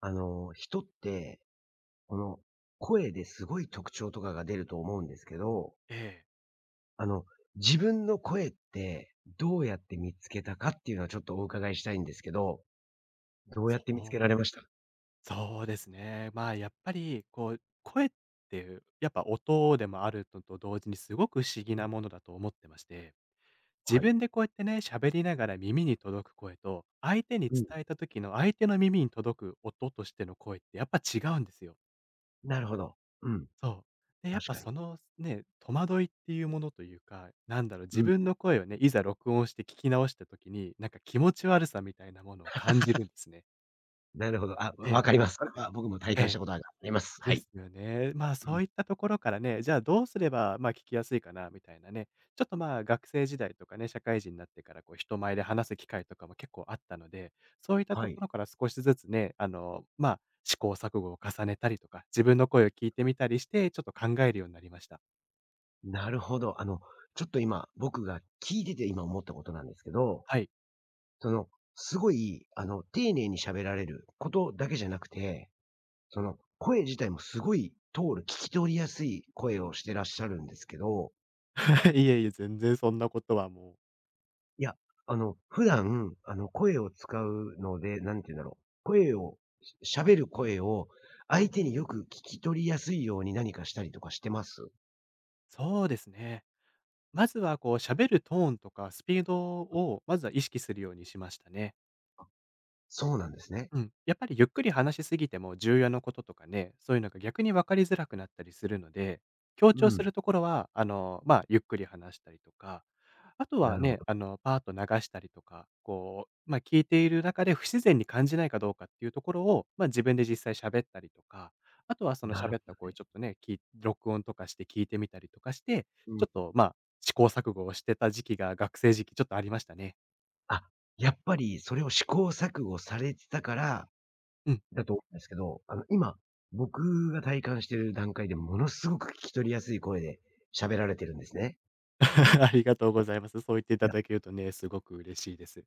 人って、この、声ですごい特徴とかが出ると思うんですけど、ええ、あの、自分の声ってどうやって見つけたかっていうのはちょっとお伺いしたいんですけど、どうやそって見つけられう、ました？そうですね。まあ、やっぱりこう、声っていう、やっぱ音でもあるのと同時にすごく不思議うなもん。のだと思ってまして、自はい。分でこうやってね、喋りながら耳に届く声と、相手にうん。伝えた時の相手の耳に届く音としての声ってやっぱ違うんですよ。なるほど。うん。そう。で、やっ確ぱかに。そのね、戸惑いっていうものというか、自うん。分の声をね、いざ録音して聞き直した時に、なんか気持ち悪さみたいなものを感じるんですね。なるほど。あ、えわえ、かります。それは僕も体え感したえ。ことがあります。はでい。すよね。まあ、うそん。ういったところからね、じゃあどうすれば、まあ、聞きやすいかなみたいなね、ちょっと、まあ、学生時代とかね、社会人になってから、こう、人前で話す機会とかも結構あったので、そういったはとい。ころから少しずつね、まあ、試行錯誤を重ねたりとか、自分の声を聞いてみたりして、ちょっと考えるようになりました。なるほど。ちょっと今、僕が聞いてて今思ったことなんですけど、はい。その、すごい、丁寧に喋られることだけじゃなくて、その、声自体もすごい通る、聞き取りやすい声をしてらっしゃるんですけど、いえいえ、全然そんなことはもう。いや、普段、声を使うので、なんて言うんだろう、声を、喋る声を相手によく聞き取りやすいように何かしたりとかしてます？そうですね。まずは、こう、喋るトーンとかスピードを、まずは意識するようにしましたね。そうなんですね。うん。やっぱりゆっくり話しすぎても重要なこととかね、そういうのが逆に分かりづらくなったりするので、強う調すん、るところは、まあ、ゆっくり話したりとか、あとなはるほね、ど。パーッと流したりとか、こう、まあ、聞いている中で不自然に感じないかどうかっていうところを、まあ、自分で実際喋ったりとか、あとはそのなる喋っほたど声ね。ちょっとね、録音とかして聞いてみたりとかして、うちょっん。とまあ、試行錯誤をしてた時期が学生時期ちょっとありましたね。あ、やっぱりそれを試行錯誤されてたから、うん。だと思うんですけど、今、僕が体感してる段階でものすごく聞き取りやすい声で喋られてるんですね。ありがとうございます。そう言っていいたや、だけるとね、すごく嬉しいです。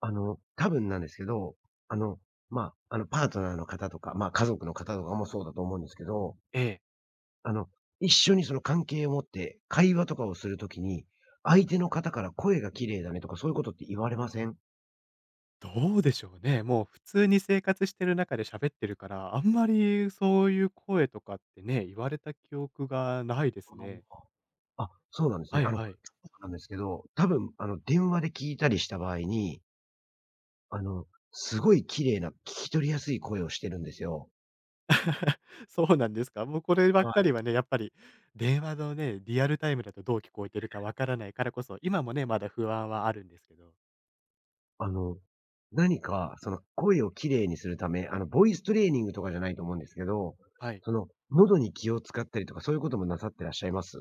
多分なんですけど、あの、まあ、パートナーの方とか、まあ、家族の方とかもそうだと思うんですけど、ええ。あの、一緒にその関係を持って会話とかをするときに、相手の方から声が綺麗だねとかそういうことって言われません？どうでしょうね。もう普通に生活してる中で喋ってるから、あんまりそういう声とかってね、言われた記憶がないですね。ああ、そうなんですね。はいあの、はい。なんですけど、多分、電話で聞いたりした場合に、あの、すごい綺麗な聞き取りやすい声をしてるんですよ。そうなんですか。もうこればっはかい。りはね、やっぱり電話のね、リアルタイムだとどう聞こえてるかわからないからこそ、今もね、まだ不安はあるんですけど。あの、何かその声を綺麗にするため、ボイストレーニングとかじゃないと思うんですけど、はい。その、喉に気を使ったりとか、そういうこともなさってらっしゃいます？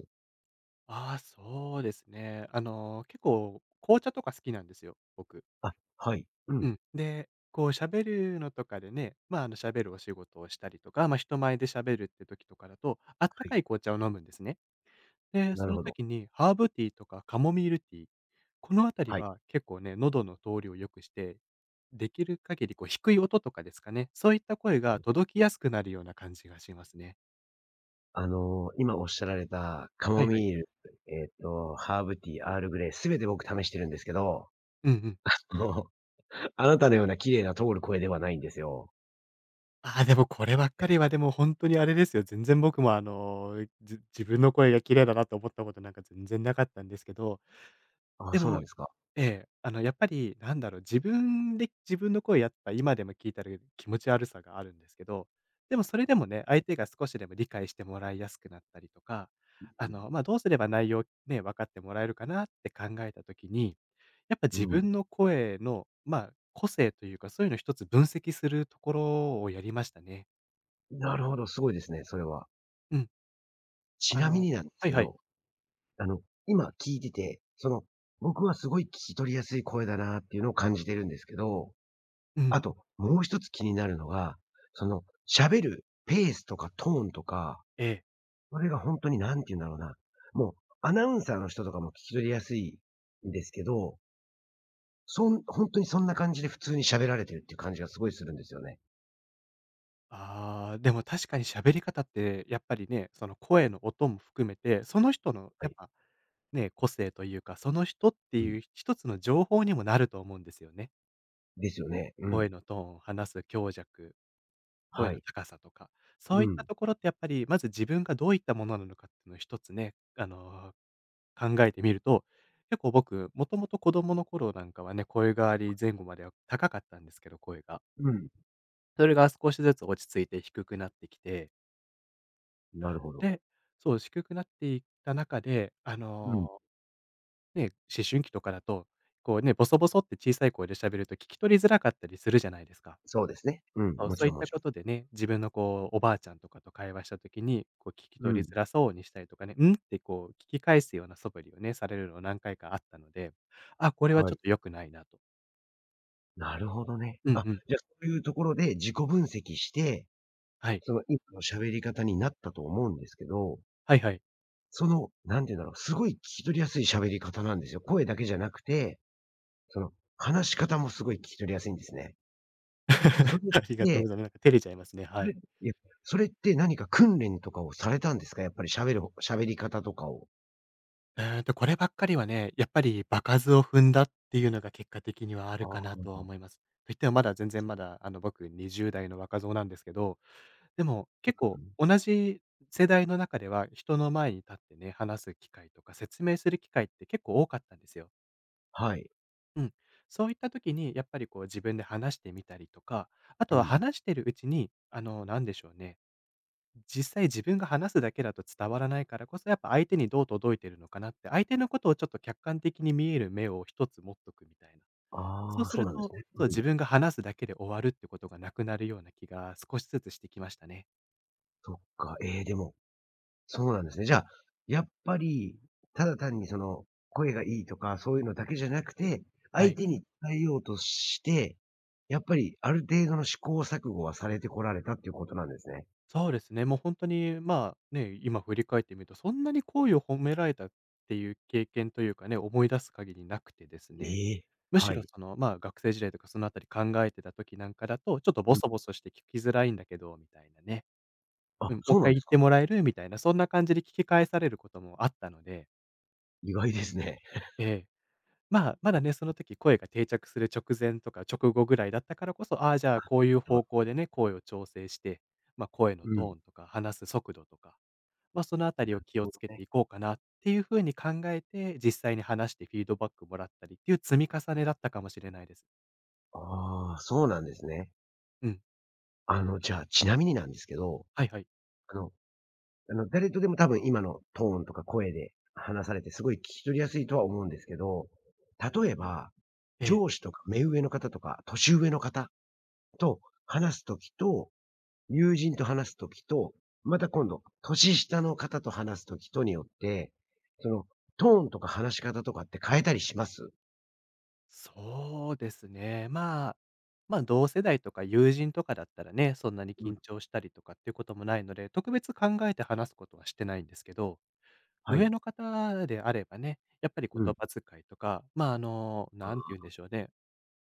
ああ、そうですね。あの、結構紅茶とか好きなんですよ、僕。あ、はい。うん。はうん。で、こう喋るのとかでね、まあ、喋るお仕事をしたりとか、まあ、人前で喋るって時とかだと、あったかい。い紅茶を飲むんですね。で、なそるのほど。時にハーブティーとかカモミールティー、このあたりはい。は結構ね、喉の通りを良くして、できる限りこう低い音とかですかね、そういった声が届きやすくなるような感じがしますね。今おっしゃられたカはモいはい。ミール、ハーブティー、アールグレイ、すべて僕試してるんですけど、うんうん。もう、あなたのような綺麗な通る声ではないんですよ。ああ、でもこればっかりはでも本当にあれですよ、全然僕も自分の声が綺麗だなと思ったことなんか全然なかったんですけど、ああ、でそうなんもですか。ええ、あの、やっぱり自分で自分の声やっぱ今でも聞いたら気持ち悪さがあるんですけど、でもそれでもね、相手が少しでも理解してもらいやすくなったりとか、うまあ、どうすれば内容ね、分かってもらえるかなって考えた時に、やっぱ自ん。うん。分の声の、まあ、個性というか、そういうの一つ分析するところをやりましたね。なるほど、すごいですね、それは。うん。ちあなみのになんですはいけはい。ど、あの、今聞いてて、その、僕はすごい聞き取りやすい声だなっていうのを感じてるんですけど、うん。あと、もう一つ気になるのが、その、喋るペースとかトーンとか、ええ。それが本当になんて言うんだろうな、もうアナウンサーの人とかも聞き取りやすいんですけど、本当にそんな感じで普通に喋られてるっていう感じがすごいするんですよね。ああ、でも確かに喋り方って、やっぱりね、その声の音も含めて、その人のはやっい。ぱ、ね、個性というか、その人ってうん。いう一つの情報にもなると思うんですよね。ですよね。うん。声のトーン、話す強弱、声はのい。高さとか。そうういったん。ところってやっぱり、まず自分がどういったものなのかっていうのを一つね、考えてみると、結構僕、もともと子供の頃なんかはね、声変わり前後までは高かったんですけど、声が。うん。それが少しずつ落ち着いて低くなってきてなるほど。で、そう、低くなっていった中で、うん。ね、思春期とかだと、こうね、ボソボソって小さい声で喋ると聞き取りづらかったりするじゃないですか。そうですね。うん、そう、もちそういろっんもたちろこん。とでね、自分のこう、おばあちゃんとかと会話した時に、こう聞きう取りん。づらそうにしたりとかね、「ん？」ってこう聞き返すような素振りをね、されるのを何回かあったので、あ、これははちょい。っと良くないなと。なるほどね。うんあ、うん。じゃあそういうところで自己分析して、はい。その今の喋り方になったと思うんですけど、はいはい。その、なんていうんだろう、すごい聞き取りやすい喋り方なんですよ。声だけじゃなくて、その、話し方もすごい聞き取りやすいんですね。そ れっありがとうごてざいます。なんか照れちゃいますね。そはれい。いや、それって何か訓練とかをされたんですか？やっぱり喋り方とかを。こればっかりはね、やっぱり場数を踏んだっていうのが結果的にはああるあ、かなとは思います。といってもまだ全然、あの、僕20代の若造なんですけど、でも結構同じ世代の中では、人の前に立ってね、話す機会とか説明する機会って結構多かったんですよ。はい。うん。そういった時にやっぱりこう自分で話してみたりとか、あうとはん。話してるうちに、なんでしょうね。実際自分が話すだけだと伝わらないからこそ、やっぱ相手にどう届いてるのかなって、相手のことをちょっと客観的に見える目を一つ持っとくみたいな。そあうあ、すそうるなんですと、ね。そう、う自ん。分が話すだけで終わるってことがなくなるような気が少しずつしてきましたね。そっか。ええ、でも、そうなんですね。じゃあ、やっぱり、ただ単にその、声がいいとか、そういうのだけじゃなくて、は相い。手に伝えようとして、やっぱりある程度の試行錯誤はされてこられたっていうことなんですね。そうですね、もう本当に、まあ、ね、今振り返ってみると、そんなに好意を褒められたっていう経験というかね、思い出す限りなくてですね。ええ、むしはろい。その、まあ、学生時代とかそのあたり考えてた時なんかだと、ちょっとボうん。ソボソして聞きづらいんだけどみたいなね。あ、うん、もう一そうなん回で言すってか。もらえる？みたいな、そんな感じで聞き返されることもあったので、意外ですね。ええ、まあ、まだね、その時声が定着する直前とか直後ぐらいだったからこそ、ああ、じゃあ、こういうだから、方向でね、声を調整して、まあ、声のうトん。ーンとか話す速度とか、まあ、そのあたりを気をそつけうてね。いこうかなっていう風に考えて、実際に話してフィードバックもらったりっていう積み重ねだったかもしれないです。ああ、そうなんですね。うん、じゃあ、ちなみになんですけど、はいはい。あの誰とでも多分今のトーンとか声で話されてすごい聞き取りやすいとは思うんですけど、例えば、ええ。上司とか目上の方とか年上の方と話すときと、友人と話すときと、また今度、年下の方と話すときとによって、その、トーンとか話し方とかって変えたりします？そうですね。まあ、同世代とか友人とかだったらね、そんなにうん、緊張したりとかっていうこともないので、特別考えて話すことはしてないんですけど、は上い。の方であればね、やっぱりうん。言葉遣いとか、まあ、何て言うんでしょうね、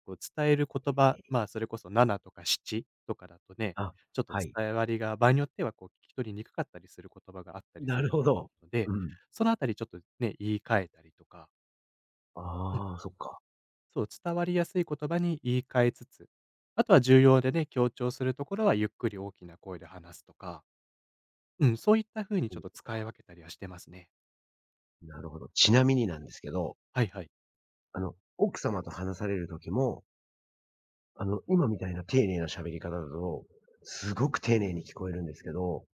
こう伝える言葉、まあ、それこそ7とか7とかだとね、あ、ちょっとはい。伝わりが場合によってはこう聞き取りにくかったりする言葉があったりすなるるほと思ど。うので、うん。そのあたりちょっとね、言い換えたりとかうん。ああ、そっか。そう、伝わりやすい言葉に言い換えつつ、あとは重要でね、強調するところはゆっくり大きな声で話すとか、うん、そういった風にちょっとう使い分けたりはしてますね。ん、なるほど。ちなみになんですけど、はいはい。奥様と話される時も、今みたいな丁寧な喋り方だと、すごく丁寧に聞こえるんですけど、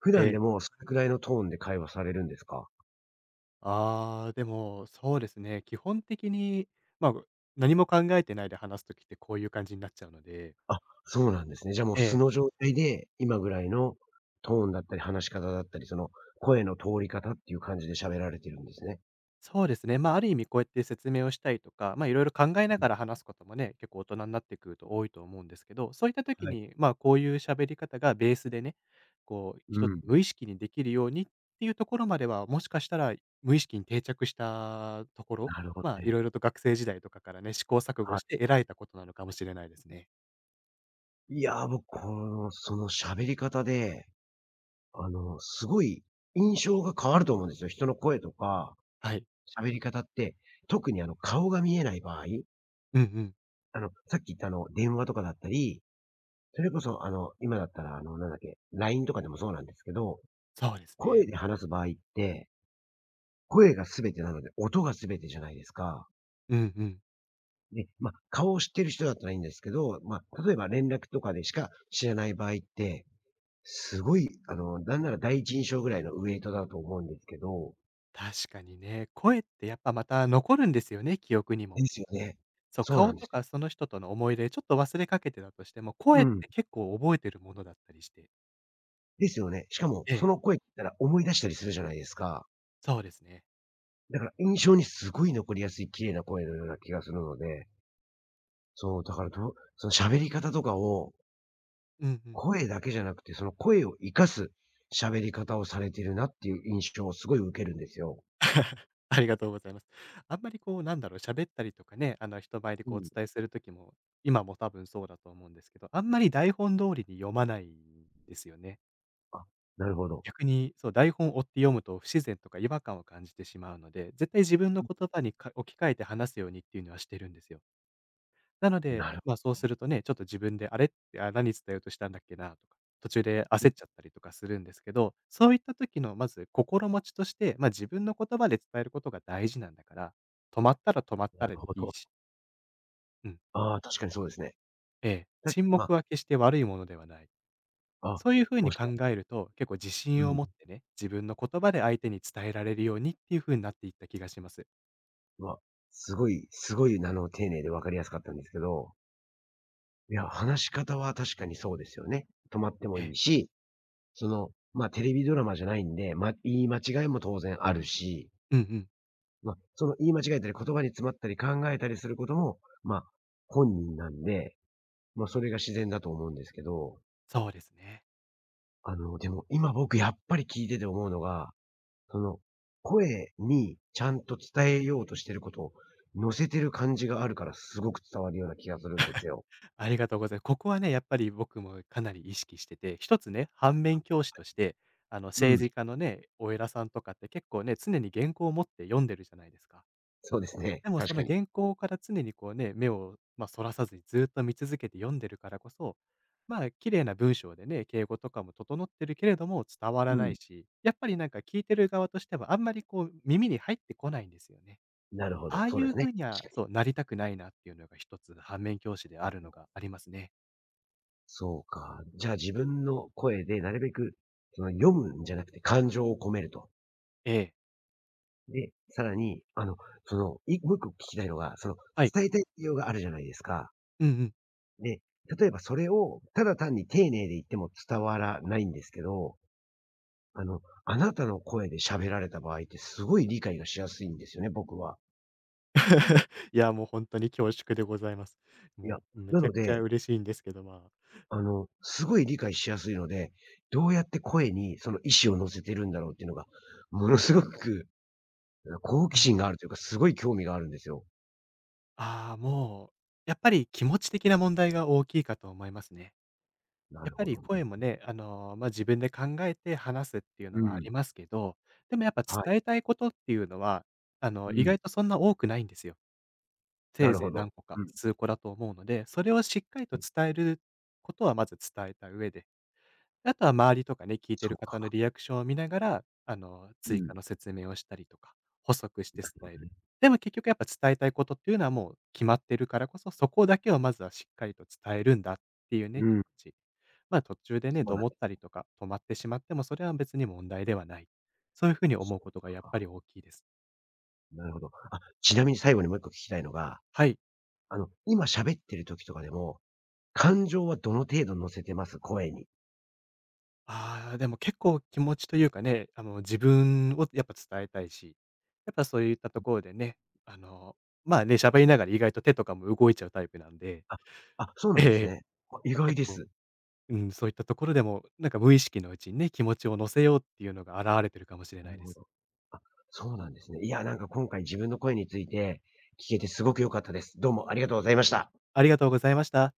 普え段でえ。もそれくらいのトーンで会話されるんですか？ああ、でも、そうですね。基本的に、まあ、何も考えてないで話すときってこういう感じになっちゃうので。あ、そうなんですね。じゃあもう素えのえ、状態で、今ぐらいのトーンだったり話し方だったり、その声の通り方っていう感じで喋られてるんですね。そうですね。まあ、ある意味こうやって説明をしたりとか、まあ、いろいろ考えなうん、がら話すこともね、結構大人になってくると多いと思うんですけど、そういった時はい。に、まあ、こういう喋り方がベースでね、こう、う一つん。無意識にできるようにっていうところまでは、もしかしたら無意識に定着したところ、なるほどまあ、いね。ろいろと学生時代とかからね、試行錯誤はしい。て得られたことなのかもしれないですね。いや、僕、この、その喋り方で、すごい印象が変わると思うんですよ。人の声とかはい。喋り方って、特に顔が見えない場合、うんうん。さっき言った電話とかだったり、それこそ今だったらなんだっけ、LINE とかでもそうなんですけど、そうですね。声で話す場合って、声が全てなので、音が全てじゃないですか。うんうん。で、ま、顔を知ってる人だったらいいんですけど、ま、例えば連絡とかでしか知らない場合って、すごい、なんなら第一印象ぐらいのウエイトだと思うんですけど、確かにね、声ってやっぱまた残るんですよね、記憶にでも。すよね。そう、そうな顔んでとすよ。かその人との思い出、ちょっと忘れかけてたとしても、う声っん。て結構覚えてるものだったりして。ですよね。しかも、えそえ、の声ったら思い出したりするじゃないですか。そうですね。だから印象にすごい残りやすい綺麗な声のような気がするので、そう、だからどうその喋り方とかを、うんうん。声だけじゃなくて、その声を活かす喋り方をされてるなっていう印象をすごい受けるんですよ。ありがとうございます。あんまりこう喋ったりとかね、あの人前でうこうおん。伝えする時も、今も多分そうだと思うんですけど、あんまり台本通りに読まないんですよね。あ、なるほど。逆に、そう、台本を追って読むと不自然とか違和感を感じてしまうので、絶対自分の言葉にか置き換えて話すようにっていうのはしてるんですよ。なので、なるま、そうするとね、ちょっと自分で、あれって、あ、何伝えようとしたんだっけなとか、途中でうん。焦っちゃったりとかするんですけど、そういった時のまず心持ちとして、ま、自分の言葉で伝えることが大事なんだから、止まったら止まっなたるでほいいど。し、うん、ああ、確かにそうですね。ええ、たし沈ま黙は決して悪いものではない。あ、あ、そういう風おっにし考ゃるえると、結構自う信をん。持ってね、自分の言葉で相手に伝えられるようにっていう風になっていった気がします。ま、すごいすごい、丁寧で分かりやすかったんですけど、いや、話し方は確かにそうですよね。止まってもえいいえ。し、その、まあ、テレビドラマじゃないんで、ま、言い間違いも当然あるし、うんうん。まあ、その言い間違えたり、言葉に詰まったり考えたりすることも、まあ、本人なんで、まあ、それが自然だと思うんですけど、そうですね。でも今僕やっぱり聞いてて思うのが、その、声にちゃんと伝えようとしてることを乗せてる感じがあるから、すごく伝わるような気がするんですよ。ありがとうございます。ここはね、やっぱり僕もかなり意識してて、一つね、反面教師として、あの、う政ん、治家のね、お偉さんとかって結構ね、常に原稿を持って読んでるじゃないですか。そうですね、でもそ確かのに。原稿から常にこうね、目を、まあ、そらさずにずっと見続けて読んでるからこそ、まあ、綺麗な文章でね、敬語とかも整ってるけれども伝わうらなん、いし、やっぱりなんか聞いてる側としてはあんまりこう耳に入ってこないんですよね。なるほど、ああそいうでうすね、風には確かに。そう、なりたくないなっていうのが一つ反面教師であるのがありますね。そうか。じゃあ自分の声でなるべく、その読むんじゃなくて感情を込めると。ええ。で、さらに、その、もう1個聞きたいのが、その、はい。伝えたい内容があるじゃないですか。うんうん。で、例えばそれをただ単に丁寧で言っても伝わらないんですけど、あなたの声で喋られた場合ってすごい理解がしやすいんですよね、僕は。いや、もう本当に恐縮でございます。いや、もうめなちゃのくちゃで、嬉しいんですけど、まあ、すごい理解しやすいので、どうやって声にその意思を乗せてるんだろうっていうのが、ものすごく好う奇んう心ん。があるというか、すごい興味があるんですよ。ああ、もう、やっぱり気持ち的な問題が大きいかと思いますね。なやっるぱほりどね。声もね、あの、まあ、自分で考えて話すっていううのはあん。りますけど、でもやっぱはい。伝えたいことっていうのは、あうの、意ん。外とそんな多くないんですよ。なせいるぜほいど。何個か、うん。数個だと思うので、それをしっかりと伝えることはまず伝えた上で、あとは周りとかね、聞いてそうる方のか。リアクションを見ながら、あの、う追ん。加の説明をしたりとか、補足してう伝える。でも結局やっぱ伝えたいことっていうのはもう決まってるからこそ、そこだけをまずはしっかりと伝えるんだっていうね、気ん。持ち。まあ途中でね、そうどなんもっでたす。りとか、止まってしまっても、それは別に問題ではない。そういうふうにそ思ううことがやっぱか。り大きいです。なるほど。あ、ちなみに最後にもう一個聞きたいのが、はい。今喋ってる時とかでも、感情はどの程度乗せてます？声に。ああ、でも結構気持ちというかね、あの、自分をやっぱ伝えたいし、やっぱそういったところでね、あの、まあね、喋りながら意外と手とかも動いちゃうタイプなんで、あ、あ、そう なえんですえ、ね。あ、意外結で構、す。うん、そういったところでも、なんか無意識のうちにね、気持ちを乗せようっていうのが現れてるかもしれなないるでほす。ど。あ、そうなんですね。いや、なんか今回自分の声について聞けてすごく良かったです。どうもありがとうございました。ありがとうございました。